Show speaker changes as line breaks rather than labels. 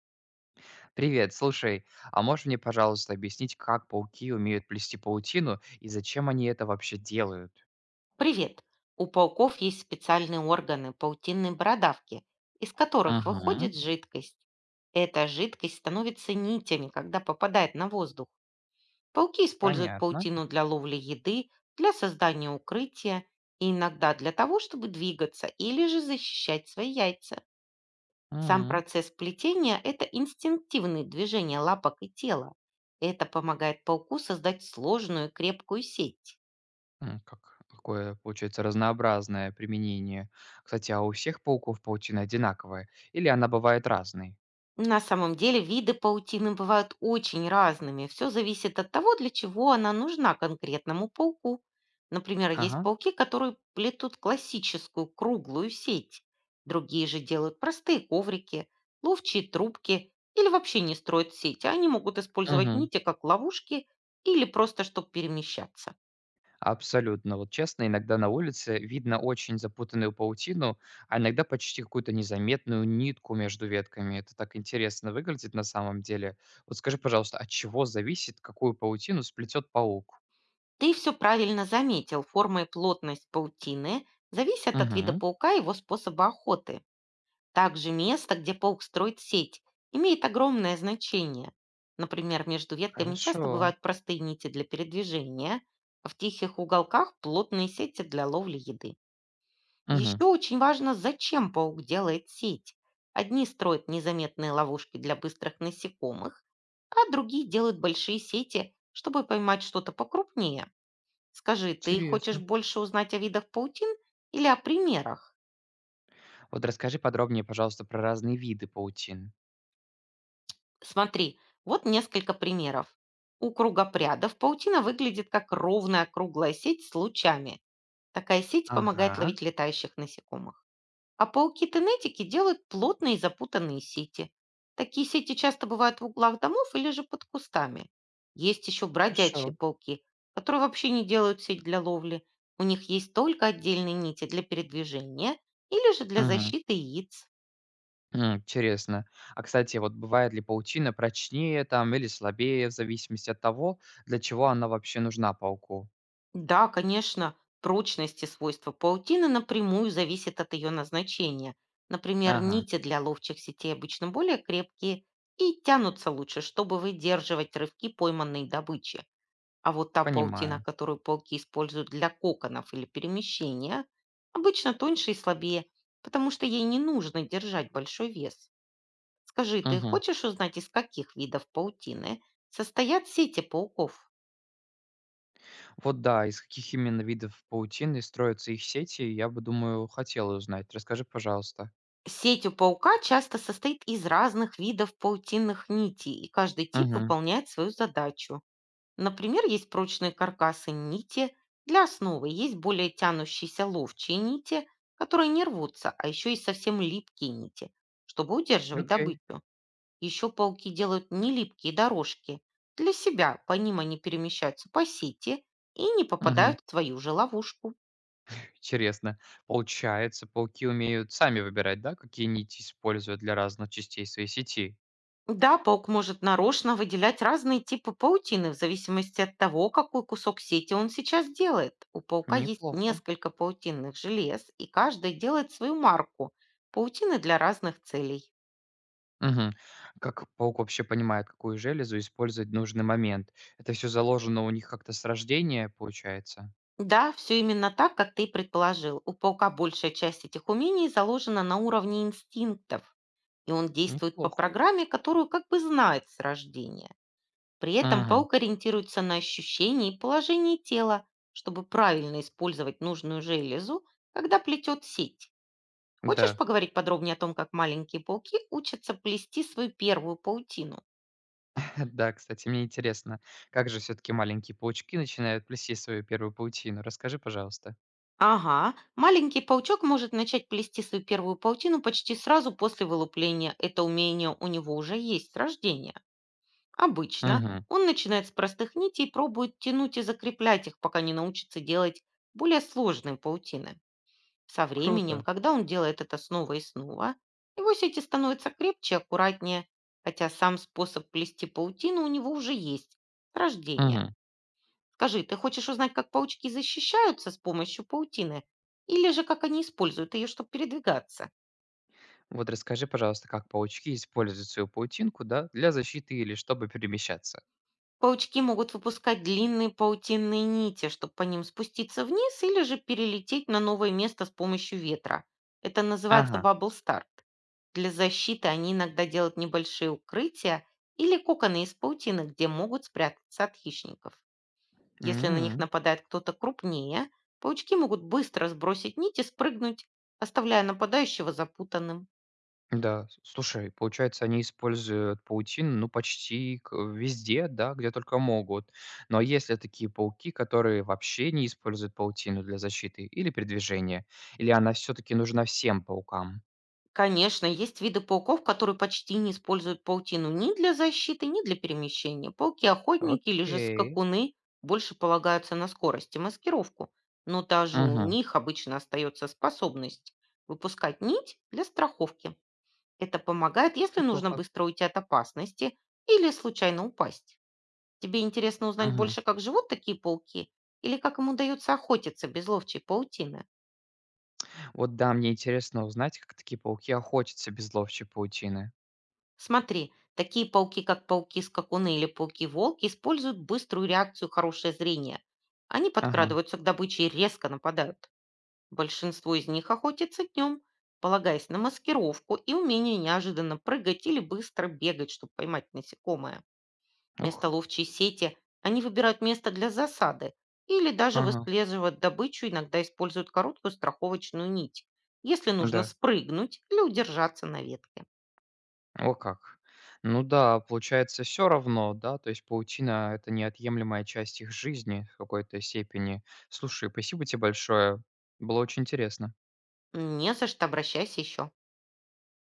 Привет, слушай, а можешь мне, пожалуйста, объяснить, как пауки умеют плести паутину и зачем они это вообще делают?
Привет! У пауков есть специальные органы паутинной бородавки, из которых
Угу,
выходит жидкость. Эта жидкость становится нитями, когда попадает на воздух. Пауки используют
понятно.
паутину для ловли еды, для создания укрытия и иногда для того, чтобы двигаться или же защищать свои яйца. Сам
М,
процесс плетения– это инстинктивные движения лапок и тела. Это помогает пауку создать сложную и крепкую сеть.
какое, получается, разнообразное применение. Кстати, а у всех пауков паутина одинаковая или она бывает разной?
На самом деле виды паутины бывают очень разными. Все зависит от того, для чего она нужна конкретному пауку. Например, есть
Ага.
пауки, которые плетут классическую круглую сеть. Другие же делают простые коврики, ловчие трубки или вообще не строят сети. Они могут использовать
Угу.
нити как ловушки или просто чтобы перемещаться.
Абсолютно. Вот честно, иногда на улице видно очень запутанную паутину, а иногда почти какую-то незаметную нитку между ветками. Это так интересно выглядит на самом деле. Вот скажи, пожалуйста, от чего зависит, какую паутину сплетет паук?
Ты все правильно заметил. Форма и плотность паутины зависят от вида
Угу,
паука и его способа охоты. Также место, где паук строит сеть, имеет огромное значение. Например, между ветками часто
хорошо.
бывают простые нити для передвижения, а в тихих уголках плотные сети для ловли еды.
Угу,
Еще очень важно, зачем паук делает сеть. Одни строят незаметные ловушки для быстрых насекомых, а другие делают большие сети, чтобы поймать что-то покрупнее. Скажи, ты хочешь
интересно.
больше узнать о видах паутин или о примерах?
Вот расскажи подробнее, пожалуйста, про разные виды паутин.
Смотри, вот несколько примеров. У кругопрядов паутина выглядит как ровная круглая сеть с лучами. Такая сеть помогает
Ага,
ловить летающих насекомых. А пауки-тенетики делают плотные и запутанные сети. Такие сети часто бывают в углах домов или же под кустами. Есть еще бродячие
хорошо.
пауки, которые вообще не делают сеть для ловли. У них есть только отдельные нити для передвижения или же для
Угу.
защиты яиц.
Интересно. А, кстати, вот бывает ли паутина прочнее там или слабее в зависимости от того, для чего она вообще нужна пауку?
Да, конечно, прочность и свойства паутины напрямую зависят от ее назначения. Например,
Ага,
нити для ловчих сетей обычно более крепкие и тянутся лучше, чтобы выдерживать рывки пойманной добычи. А вот та паутина,
понимаю.
которую пауки используют для коконов или перемещения, обычно тоньше и слабее, потому что ей не нужно держать большой вес. Скажи, ты
Мгм.
хочешь узнать, из каких видов паутины состоят сети пауков?
Вот да, из каких именно видов паутины строятся их сети, я бы, думаю, хотела узнать. Расскажи, пожалуйста.
Сеть у паука часто состоит из разных видов паутинных нитей, и каждый тип
Мгм.
выполняет свою задачу. Например, есть прочные каркасы нити для основы, есть более тянущиеся ловчие нити, которые не рвутся, а еще есть совсем липкие нити, чтобы удерживать
Окей.
добычу. Еще пауки делают нелипкие дорожки. Для себя по ним они перемещаются по сети и не
Мгм.
попадают в твою же ловушку.
Интересно. Получается, пауки умеют сами выбирать, да, какие нити используют для разных частей своей сети?
Да, паук может нарочно выделять разные типы паутины в зависимости от того, какой кусок сети он сейчас делает. У паука есть
Неплохо.
несколько паутинных желез, и каждый делает свою марку. Паутины для разных целей.
Мгм. Как паук вообще понимает, какую железу использовать в нужный момент? Это все заложено у них как-то с рождения, получается?
Да, все именно так, как ты и предположил. У паука большая часть этих умений заложена на уровне инстинктов, и он действует по
Неплохо.
программе, которую как бы знает с рождения. При этом
Мгм.
паук ориентируется на ощущение и положение тела, чтобы правильно использовать нужную железу, когда плетет сеть. Хочешь
Да.
поговорить подробнее о том, как маленькие пауки учатся плести свою первую паутину?
Да, кстати, мне интересно, как же все таки маленькие паучки начинают плести свою первую паутину? Расскажи, пожалуйста.
Ага, маленький паучок может начать плести свою первую паутину почти сразу после вылупления. Это умение у него уже есть с рождения. Обычно
Мгм.
он начинает с простых нитей и пробует тянуть и закреплять их, пока не научится делать более сложные паутины. Со временем,
Круто.
когда он делает это снова и снова, его сети становятся крепче, аккуратнее, хотя сам способ плести паутину у него уже есть с рождения.
Мгм.
Скажи, ты хочешь узнать, как паучки защищаются с помощью паутины, или же как они используют ее, чтобы передвигаться?
Вот расскажи, пожалуйста, как паучки используют свою паутинку, да, для защиты или чтобы перемещаться?
Паучки могут выпускать длинные паутинные нити, чтобы по ним спуститься вниз или же перелететь на новое место с помощью ветра. Это называется
Ага.
бабл старт. Для защиты они иногда делают небольшие укрытия или коконы из паутины, где могут спрятаться от хищников. Если на них нападает кто-то крупнее, паучки могут быстро сбросить нити, и спрыгнуть, оставляя нападающего запутанным.
Да, с слушай, получается, они используют паутину, ну, почти к везде, да, где только могут. Но есть ли такие пауки, которые вообще не используют паутину для защиты или передвижения? Или она все-таки нужна всем паукам?
Конечно, есть виды пауков, которые почти не используют паутину ни для защиты, ни для перемещения. Пауки-охотники или же
Окей.
скакуны больше полагаются на скорость и маскировку, но даже у
Мгм.
них обычно остается способность выпускать нить для страховки. Это помогает, если нужно
Неплохо.
быстро уйти от опасности или случайно упасть. Тебе интересно узнать
Мгм.
больше, как живут такие пауки или как им удается охотиться без ловчей паутины?
Вот да, мне интересно узнать, как такие пауки охотятся без ловчей паутины.
Смотри, такие пауки, как пауки-скакуны или пауки-волки, используют быструю реакцию хорошее зрение. Они
Ага.
подкрадываются к добыче и резко нападают. Большинство из них охотятся днем, полагаясь на маскировку и умение неожиданно прыгать или быстро бегать, чтобы поймать насекомое.
Ух.
Вместо ловчей сети они выбирают место для засады или даже
Ага.
выслеживают добычу, иногда используют короткую страховочную нить, если нужно
Да.
спрыгнуть или удержаться на ветке.
О как. Ну да, получается, все равно, да, то есть паутина - это неотъемлемая часть их жизни в какой-то степени. Слушай, спасибо тебе большое. Было очень интересно.
Не за что, обращайся еще.